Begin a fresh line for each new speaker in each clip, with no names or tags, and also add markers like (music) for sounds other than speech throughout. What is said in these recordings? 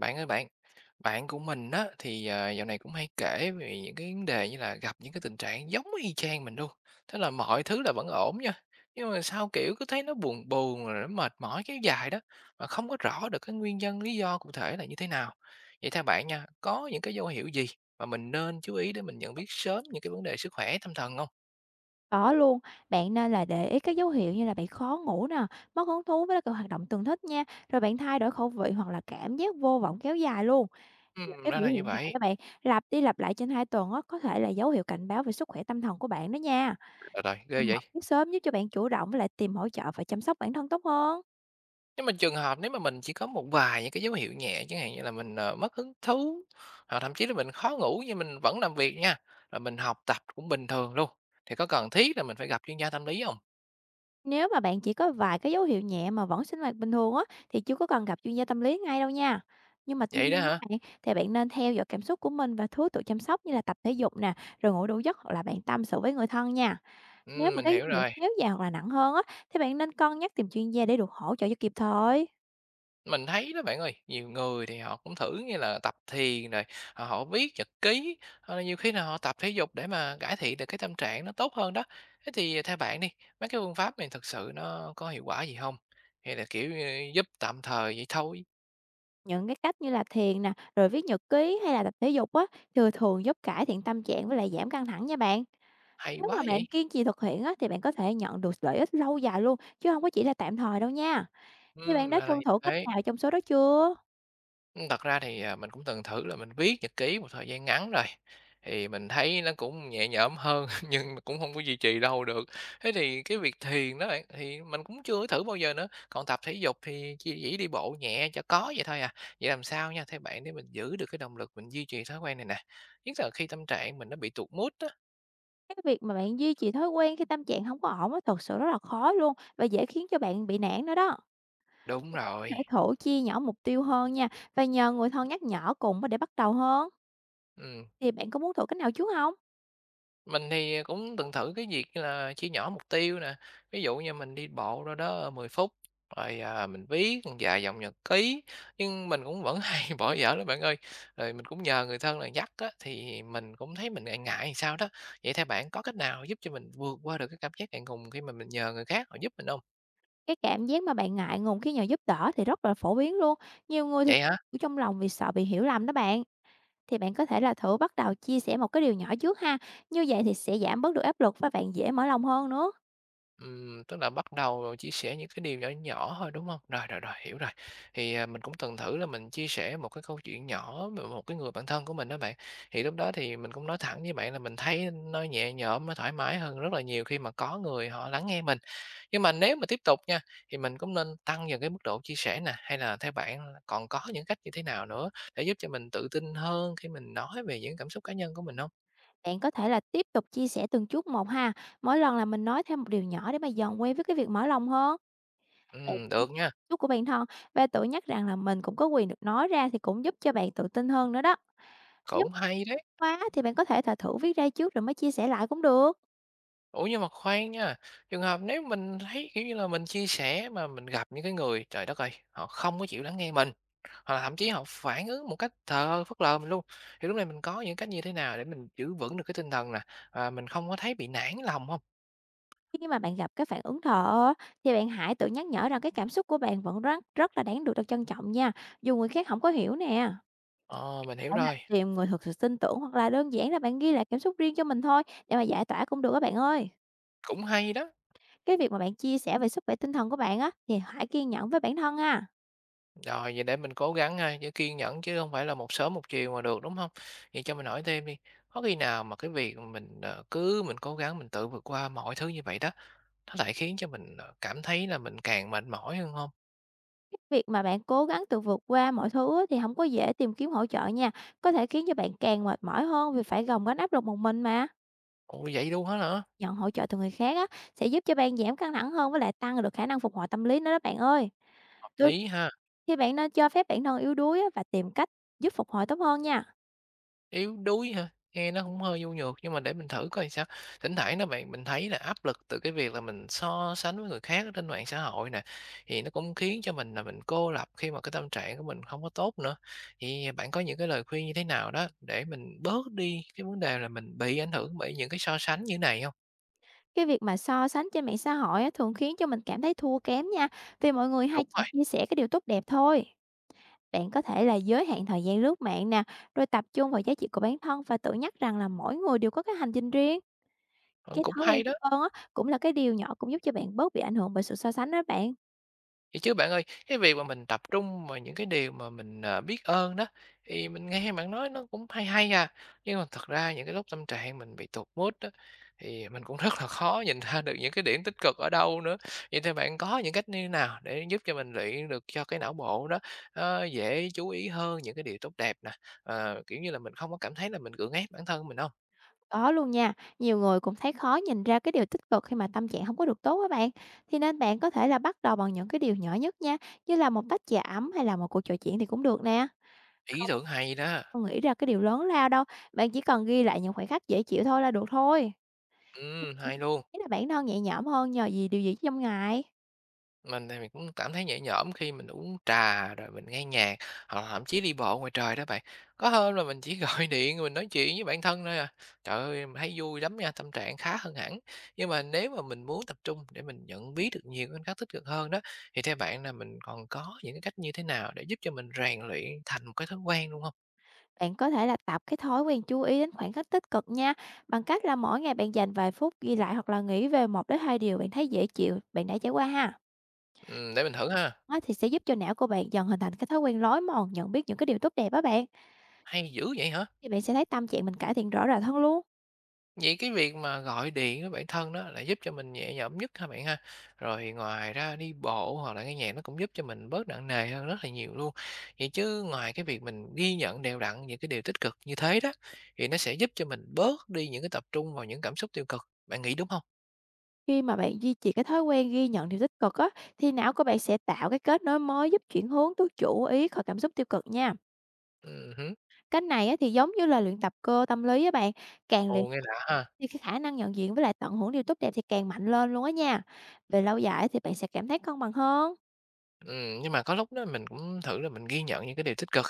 Bạn ơi bạn, bạn của mình á thì, dạo này cũng hay kể về những cái vấn đề như là gặp những cái tình trạng giống y chang mình luôn. Thế là mọi thứ là vẫn ổn nha, nhưng mà sao, kiểu, cứ thấy nó buồn buồn rồi nó mệt mỏi kéo dài đó, mà không có rõ được cái nguyên nhân, lý do cụ thể là như thế nào. Vậy theo bạn nha, có những cái dấu hiệu gì mà mình nên chú ý để mình nhận biết sớm những cái vấn đề sức khỏe tâm thần không?
Có luôn, bạn nên là để ý các dấu hiệu như là bạn khó ngủ nè, mất hứng thú với các hoạt động từng thích nha, rồi bạn thay đổi khẩu vị hoặc là cảm giác vô vọng kéo dài luôn. Những cái
Ra
biểu
là như
hiện này
vậy.
các bạn lặp đi lặp lại trên 2 tuần á, có thể là dấu hiệu cảnh báo về sức khỏe tâm thần của bạn đó nha.
Rồi rồi, ghê
Mình
vậy!
học biết sớm giúp cho bạn chủ động với lại tìm hỗ trợ và chăm sóc bản thân tốt hơn.
Nhưng mà trường hợp nếu mà mình chỉ có một vài những cái dấu hiệu nhẹ chẳng hạn như là mình, mất hứng thú, hoặc thậm chí là mình khó ngủ nhưng mình vẫn làm việc nha, rồi mình học tập cũng bình thường luôn, thì có cần thiết là mình phải gặp chuyên gia tâm lý không?
Nếu mà bạn chỉ có vài cái dấu hiệu nhẹ mà vẫn sinh hoạt bình thường á, thì chưa có cần gặp chuyên gia tâm lý ngay đâu nha. Nhưng mà tuy
Vậy
nhiên
đó hả?
á bạn, thì bạn nên theo dõi cảm xúc của mình và thứ tự chăm sóc như là tập thể dục nè, rồi ngủ đủ giấc hoặc là bạn tâm sự với người thân nha. Nếu mà
Mình
cái dấu
hiểu
hiệu
rồi.
kéo dài hoặc là nặng hơn á, thì bạn nên cân nhắc tìm chuyên gia để được hỗ trợ cho kịp thời.
Mình thấy đó bạn ơi, nhiều người thì họ cũng thử như là tập thiền rồi, họ họ viết nhật ký, hoặc là nhiều khi là họ tập thể dục để mà cải thiện được cái tâm trạng nó tốt hơn đó. Thế thì theo bạn đi, mấy cái phương pháp này thực sự nó có hiệu quả gì không? Hay là, kiểu, giúp tạm thời vậy thôi?
Những cái cách như là thiền nè, rồi viết nhật ký hay là tập thể dục á, thì thường giúp cải thiện tâm trạng với lại giảm căng thẳng nha bạn.
Hay
Nếu
quá
mà bạn
vậy!
kiên trì thực hiện á, thì bạn có thể nhận được lợi ích lâu dài luôn, chứ không có chỉ là tạm thời đâu nha. Thế bạn đã
Ra là
tuân
như
thủ cách
thế.
nào trong số đó chưa?
Thật ra thì, à, mình cũng từng thử là mình viết nhật ký một thời gian ngắn rồi, thì mình thấy nó cũng nhẹ nhõm hơn (laughs) nhưng mà cũng không có duy trì đâu được. Thế thì cái việc thiền đó bạn, thì mình cũng chưa thử bao giờ nữa, còn tập thể dục thì chỉ đi bộ nhẹ cho có vậy thôi à. Vậy làm sao nha, theo bạn để mình giữ được cái động lực mình duy trì thói quen này nè? Nhất là khi tâm trạng mình nó bị tụt mood á.
Cái việc mà bạn duy trì thói quen khi tâm trạng hổng có ổn á, thật sự rất là khó luôn và dễ khiến cho bạn bị nản nữa đó.
Đúng
Thì bạn có
rồi.
thể thử chia nhỏ mục tiêu hơn nha, và nhờ người thân nhắc nhở cùng á để bắt đầu hơn.
Ừm.
Thì bạn có muốn thử cách nào trước hông?
Mình thì à, cũng từng thử cái việc như là chia nhỏ mục tiêu nè, ví dụ như mình đi bộ đâu đó 10 phút, rồi, à, mình viết một vài dòng nhật ký, nhưng mình cũng vẫn hay (laughs) bỏ dở lắm bạn ơi. Rồi mình cũng nhờ người thân là dắt á, thì mình cũng thấy mình ngại ngại làm sao đó. Vậy theo bạn có cách nào giúp cho mình vượt qua được cái cảm giác ngại ngùng khi mà mình nhờ người khác họ giúp mình không?
Cái cảm giác mà bạn ngại ngùng khi nhờ giúp đỡ thì rất là phổ biến luôn. Nhiều người thực
Vậy hả?
ở trong lòng vì sợ bị hiểu lầm đó bạn. Thì bạn có thể là thử bắt đầu chia sẻ một cái điều nhỏ trước ha, như vậy thì sẽ giảm bớt được áp lực và bạn dễ mở lòng hơn nữa.
Tức là bắt đầu, chia sẻ những cái điều nhỏ nhỏ thôi, đúng không? Rồi, rồi, rồi, hiểu rồi. Thì, à, mình cũng từng thử là mình chia sẻ một cái câu chuyện nhỏ về một cái người bạn thân của mình đó bạn. Thì lúc đó thì mình cũng nói thẳng với bạn là mình thấy nó nhẹ nhõm, nó thoải mái hơn rất là nhiều khi mà có người họ lắng nghe mình. Nhưng mà nếu mà tiếp tục nha, thì mình cũng nên tăng dần cái mức độ chia sẻ nè, hay là theo bạn là còn có những cách như thế nào nữa để giúp cho mình tự tin hơn khi mình nói về những cảm xúc cá nhân của mình không?
Bạn có thể là tiếp tục chia sẻ từng chút một ha, mỗi lần là mình nói thêm một điều nhỏ để mà dần quen với cái việc mở lòng hơn. Bạn
Được nha,
chút của bản thân và tự nhắc rằng là mình cũng có quyền được nói ra thì cũng giúp cho bạn tự tin hơn nữa đó. Nếu
cũng
mệt
hay đấy.
quá thì bạn có thể thà thử viết ra trước rồi mới chia sẻ lại cũng được.
Ủa, nhưng mà khoan nha, trường hợp nếu mình thấy, kiểu như là, mình chia sẻ mà mình gặp những cái người, trời đất ơi, họ không có chịu lắng nghe mình, hoặc là thậm chí họ phản ứng một cách thờ ơ, phớt lờ mình luôn, thì lúc này mình có những cách như thế nào để mình giữ vững được cái tinh thần nè, và mình không có thấy bị nản lòng không?
Khi mà bạn gặp cái phản ứng thờ ơ thì bạn hãy tự nhắc nhở rằng cái cảm xúc của bạn vẫn rất rất là đáng được được trân trọng nha, dù người khác không có hiểu nè.
Ờ, mình hiểu
Có thể là
rồi,
tìm người thực sự tin tưởng hoặc là đơn giản là bạn ghi lại cảm xúc riêng cho mình thôi để mà giải tỏa cũng được các bạn ơi.
cũng hay đó.
Cái việc mà bạn chia sẻ về sức khỏe tinh thần của bạn á, thì hãy kiên nhẫn với bản thân ha.
Rồi, vậy để mình cố gắng ha, giữ kiên nhẫn chứ không phải là một sớm một chiều mà được, đúng không? Vậy cho mình hỏi thêm đi, có khi nào mà cái việc mình, cứ mình cố gắng mình tự vượt qua mọi thứ như vậy đó nó lại khiến cho mình, cảm thấy là mình càng mệt mỏi hơn không?
Cái việc mà bạn cố gắng tự vượt qua mọi thứ á, thì không có dễ tìm kiếm hỗ trợ nha, có thể khiến cho bạn càng mệt mỏi hơn vì phải gồng gánh áp lực một mình mà.
Ủa, vậy luôn hết hả?
Nhận hỗ trợ từ người khác á, sẽ giúp cho bạn giảm căng thẳng hơn với lại tăng được khả năng phục hồi tâm lý nữa đó bạn ơi.
Hợp
Đôi
lý ha,
khi bạn nên cho phép bản thân yếu đuối á, và tìm cách giúp phục hồi tốt hơn nha.
yếu đuối ha. Nghe nó cũng hơi nhu nhược nhưng mà để mình thử coi sao. Thỉnh thoảng đó bạn, mình thấy là áp lực từ cái việc là mình so sánh với người khác ở trên mạng xã hội nè, thì nó cũng khiến cho mình là mình cô lập khi mà cái tâm trạng của mình không có tốt nữa. Thì à, bạn có những cái lời khuyên như thế nào đó để mình bớt đi cái vấn đề là mình bị ảnh hưởng bởi những cái so sánh như này không?
Cái việc mà so sánh trên mạng xã hội á, thường khiến cho mình cảm thấy thua kém nha, vì mọi người hay
Đúng
chỉ
rồi,
chia sẻ cái điều tốt đẹp thôi. Bạn có thể là giới hạn thời gian lướt mạng nè, rồi tập trung vào giá trị của bản thân và tự nhắc rằng là mỗi người đều có cái hành trình riêng.
ờ,
Cái
cũng
thói quen
hay
biết
đó.
ơn á, cũng là cái điều nhỏ cũng giúp cho bạn bớt bị ảnh hưởng bởi sự so sánh đó bạn.
Vậy chứ bạn ơi, cái việc mà mình tập trung vào những cái điều mà mình, biết ơn đó, thì mình nghe bạn nói nó cũng hay hay à, nhưng mà thật ra những cái lúc tâm trạng mình bị tụt mood á, thì mình cũng (laughs) rất là khó nhìn ra được những cái điểm tích cực ở đâu nữa. Vậy thì bạn có những cách như nào để giúp cho mình luyện được cho cái não bộ đó, nó dễ chú ý hơn những cái điều tốt đẹp nè, kiểu như là, mình không có cảm thấy là mình gượng ép bản thân mình không?
Có luôn nha, nhiều người cũng thấy khó nhìn ra cái điều tích cực khi mà tâm trạng không có được tốt á bạn. Thì nên bạn có thể là bắt đầu bằng những cái điều nhỏ nhất nha, như là một tách trà ấm hay là một cuộc trò chuyện thì cũng được nè.
Ý
Không
tưởng hay đó,
không nghĩ ra cái điều lớn lao đâu, bạn chỉ cần ghi lại những khoảnh khắc dễ chịu thôi là được thôi. Ừm,
hay luôn.
ý là bạn nó nhẹ nhõm hơn nhờ gì điều gì trong ngày?
Mình thì mình cũng cảm thấy nhẹ nhõm khi mình uống trà, rồi mình nghe nhạc, hoặc là thậm chí đi bộ ngoài trời đó bạn. Có hôm là mình chỉ gọi (laughs) điện rồi mình nói chuyện với bản thân thôi à. Trời ơi, mình thấy vui lắm nha, tâm trạng khá hơn hẳn. Nhưng mà nếu mà mình muốn tập trung để mình nhận biết được nhiều cái khoảnh khắc tích cực hơn đó, thì theo bạn là mình còn có những cái cách như thế nào để giúp cho mình rèn luyện thành một cái thói quen luôn không?
Bạn có thể là tập cái thói quen chú ý đến khoảnh khắc tích cực nha, bằng cách là mỗi ngày bạn dành vài phút ghi lại hoặc là nghĩ về một đến hai điều bạn thấy dễ chịu, bạn đã trải qua ha.
Để mình thử ha.
Đó thì sẽ giúp cho não của bạn dần hình thành cái thói quen lối mòn nhận biết những cái điều tốt đẹp á bạn,
Hay dữ vậy hả?
thì bạn sẽ thấy tâm trạng mình cải thiện rõ rệt hơn luôn.
Vậy cái việc mà gọi điện với bản thân đó là giúp cho mình nhẹ nhõm nhất ha bạn ha. Rồi ngoài ra đi bộ hoặc là nghe nhạc nó cũng giúp cho mình bớt nặng nề hơn rất là nhiều luôn. Vậy chứ ngoài cái việc mình ghi nhận đều đặn những cái điều tích cực như thế đó, thì nó sẽ giúp cho mình bớt đi những cái tập trung vào những cảm xúc tiêu cực. Bạn nghĩ đúng không?
Khi mà bạn duy trì cái thói quen ghi nhận điều tích cực á, thì não của bạn sẽ tạo cái kết nối mới giúp chuyển hướng tú chủ ý khỏi cảm xúc tiêu cực nha.
Ừ, hứm.
Cách này á, thì giống như là luyện tập cơ tâm lý á bạn, càng luyện
Ồ, nghe lạ ha.
thì cái khả năng nhận diện với lại tận hưởng điều tốt đẹp thì càng mạnh lên luôn á nha. Về lâu dài thì bạn sẽ cảm thấy cân bằng hơn.
Nhưng mà có lúc đó mình cũng thử là mình ghi nhận những cái điều tích cực,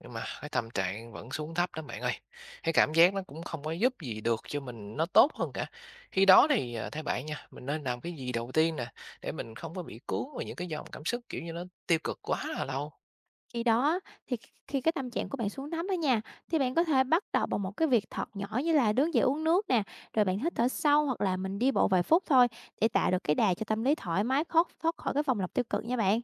nhưng mà cái tâm trạng vẫn xuống thấp đó bạn ơi. Cái cảm giác nó cũng không có giúp gì được cho mình nó tốt hơn cả. Khi đó thì, theo bạn nha, mình nên làm cái gì đầu tiên nè, để mình không có bị cuốn vào những cái dòng cảm xúc, kiểu như, nó tiêu cực quá là lâu?
Khi đó thì khi cái tâm trạng của bạn xuống thấp đó nha, thì bạn có thể bắt đầu bằng một cái việc thật nhỏ như là đứng dậy uống nước nè, rồi bạn hít thở sâu hoặc là mình đi bộ vài phút thôi để tạo được cái đà cho tâm lý thoải mái thoát thoát khỏi cái vòng lặp tiêu cực nha bạn.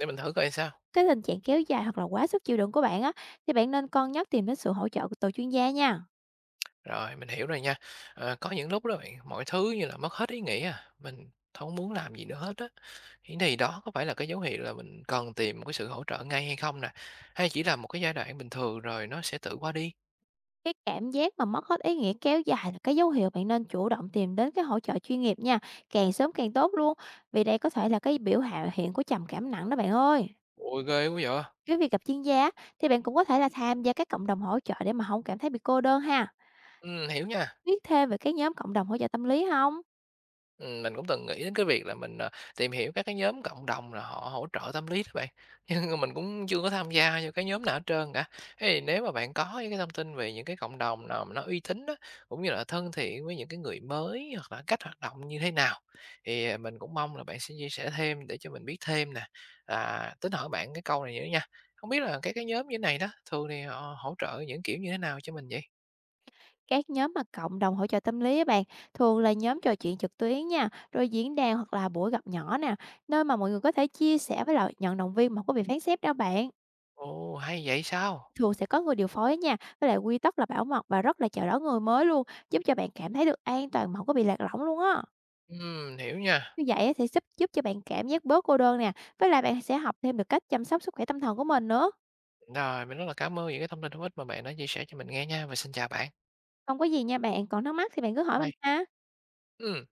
Để mình thử coi sao.
Cái tình trạng kéo dài hoặc là quá sức chịu đựng của bạn á thì bạn nên cân nhắc tìm đến sự hỗ trợ của tổ chuyên gia nha.
Rồi, mình hiểu rồi nha. Ờ, có những lúc đó bạn, mọi thứ như là mất hết ý nghĩa à, mình không muốn làm gì nữa hết á. Thế thì đó có phải là cái dấu hiệu là mình cần tìm một cái sự hỗ trợ ngay hay không nè? Hay chỉ là một cái giai đoạn bình thường rồi nó sẽ tự qua đi?
Cái cảm giác mà mất hết ý nghĩa kéo dài là cái dấu hiệu bạn nên chủ động tìm đến cái hỗ trợ chuyên nghiệp nha, càng sớm càng tốt luôn, vì đây có thể là cái biểu hiện của trầm cảm nặng đó bạn ơi.
Ôi, ghê quá vậy!
Cái việc gặp chuyên gia á, thì bạn cũng có thể là tham gia các cộng đồng hỗ trợ để mà không cảm thấy bị cô đơn ha.
Hiểu nha.
Biết thêm về các nhóm cộng đồng hỗ trợ tâm lý không?
Mình cũng từng nghĩ đến cái việc là mình, tìm hiểu các cái nhóm cộng đồng là họ hỗ trợ tâm lý đó bạn, (laughs) nhưng mà mình cũng chưa có tham gia vào cái nhóm nào hết trơn cả. Thế thì nếu mà bạn có những cái thông tin về những cái cộng đồng nào mà nó uy tín đó cũng như là thân thiện với những cái người mới hoặc là cách hoạt động như thế nào, thì, mình cũng mong là bạn sẽ chia sẻ thêm để cho mình biết thêm nè. À, tính hỏi bạn cái câu này nữa nha, không biết là cái nhóm như thế này đó, thường thì họ hỗ trợ những kiểu như thế nào cho mình vậy?
Các nhóm mà cộng đồng hỗ trợ tâm lý á bạn thường là nhóm trò chuyện trực tuyến nha, rồi diễn đàn hoặc là buổi gặp nhỏ nè, nơi mà mọi người có thể chia sẻ với lại nhận động viên mà không có bị phán xét đâu bạn.
Ồ, hay vậy sao?
Thường sẽ có người điều phối nha, với lại quy tắc là bảo mật và rất là chào đón người mới luôn, giúp cho bạn cảm thấy được an toàn mà hổng có bị lạc lõng luôn á.
Hiểu nha.
Như vậy á sẽ giúp giúp cho bạn cảm giác bớt cô đơn nè, với lại bạn sẽ học thêm được cách chăm sóc sức khỏe tâm thần của mình nữa.
Rồi, mình rất là cảm ơn những cái thông tin hữu ích mà bạn đã chia sẻ cho mình nghe nha, và xin chào bạn.
Không có gì nha bạn, còn thắc mắc thì bạn cứ hỏi mình
Bye.
ha.
Ừm.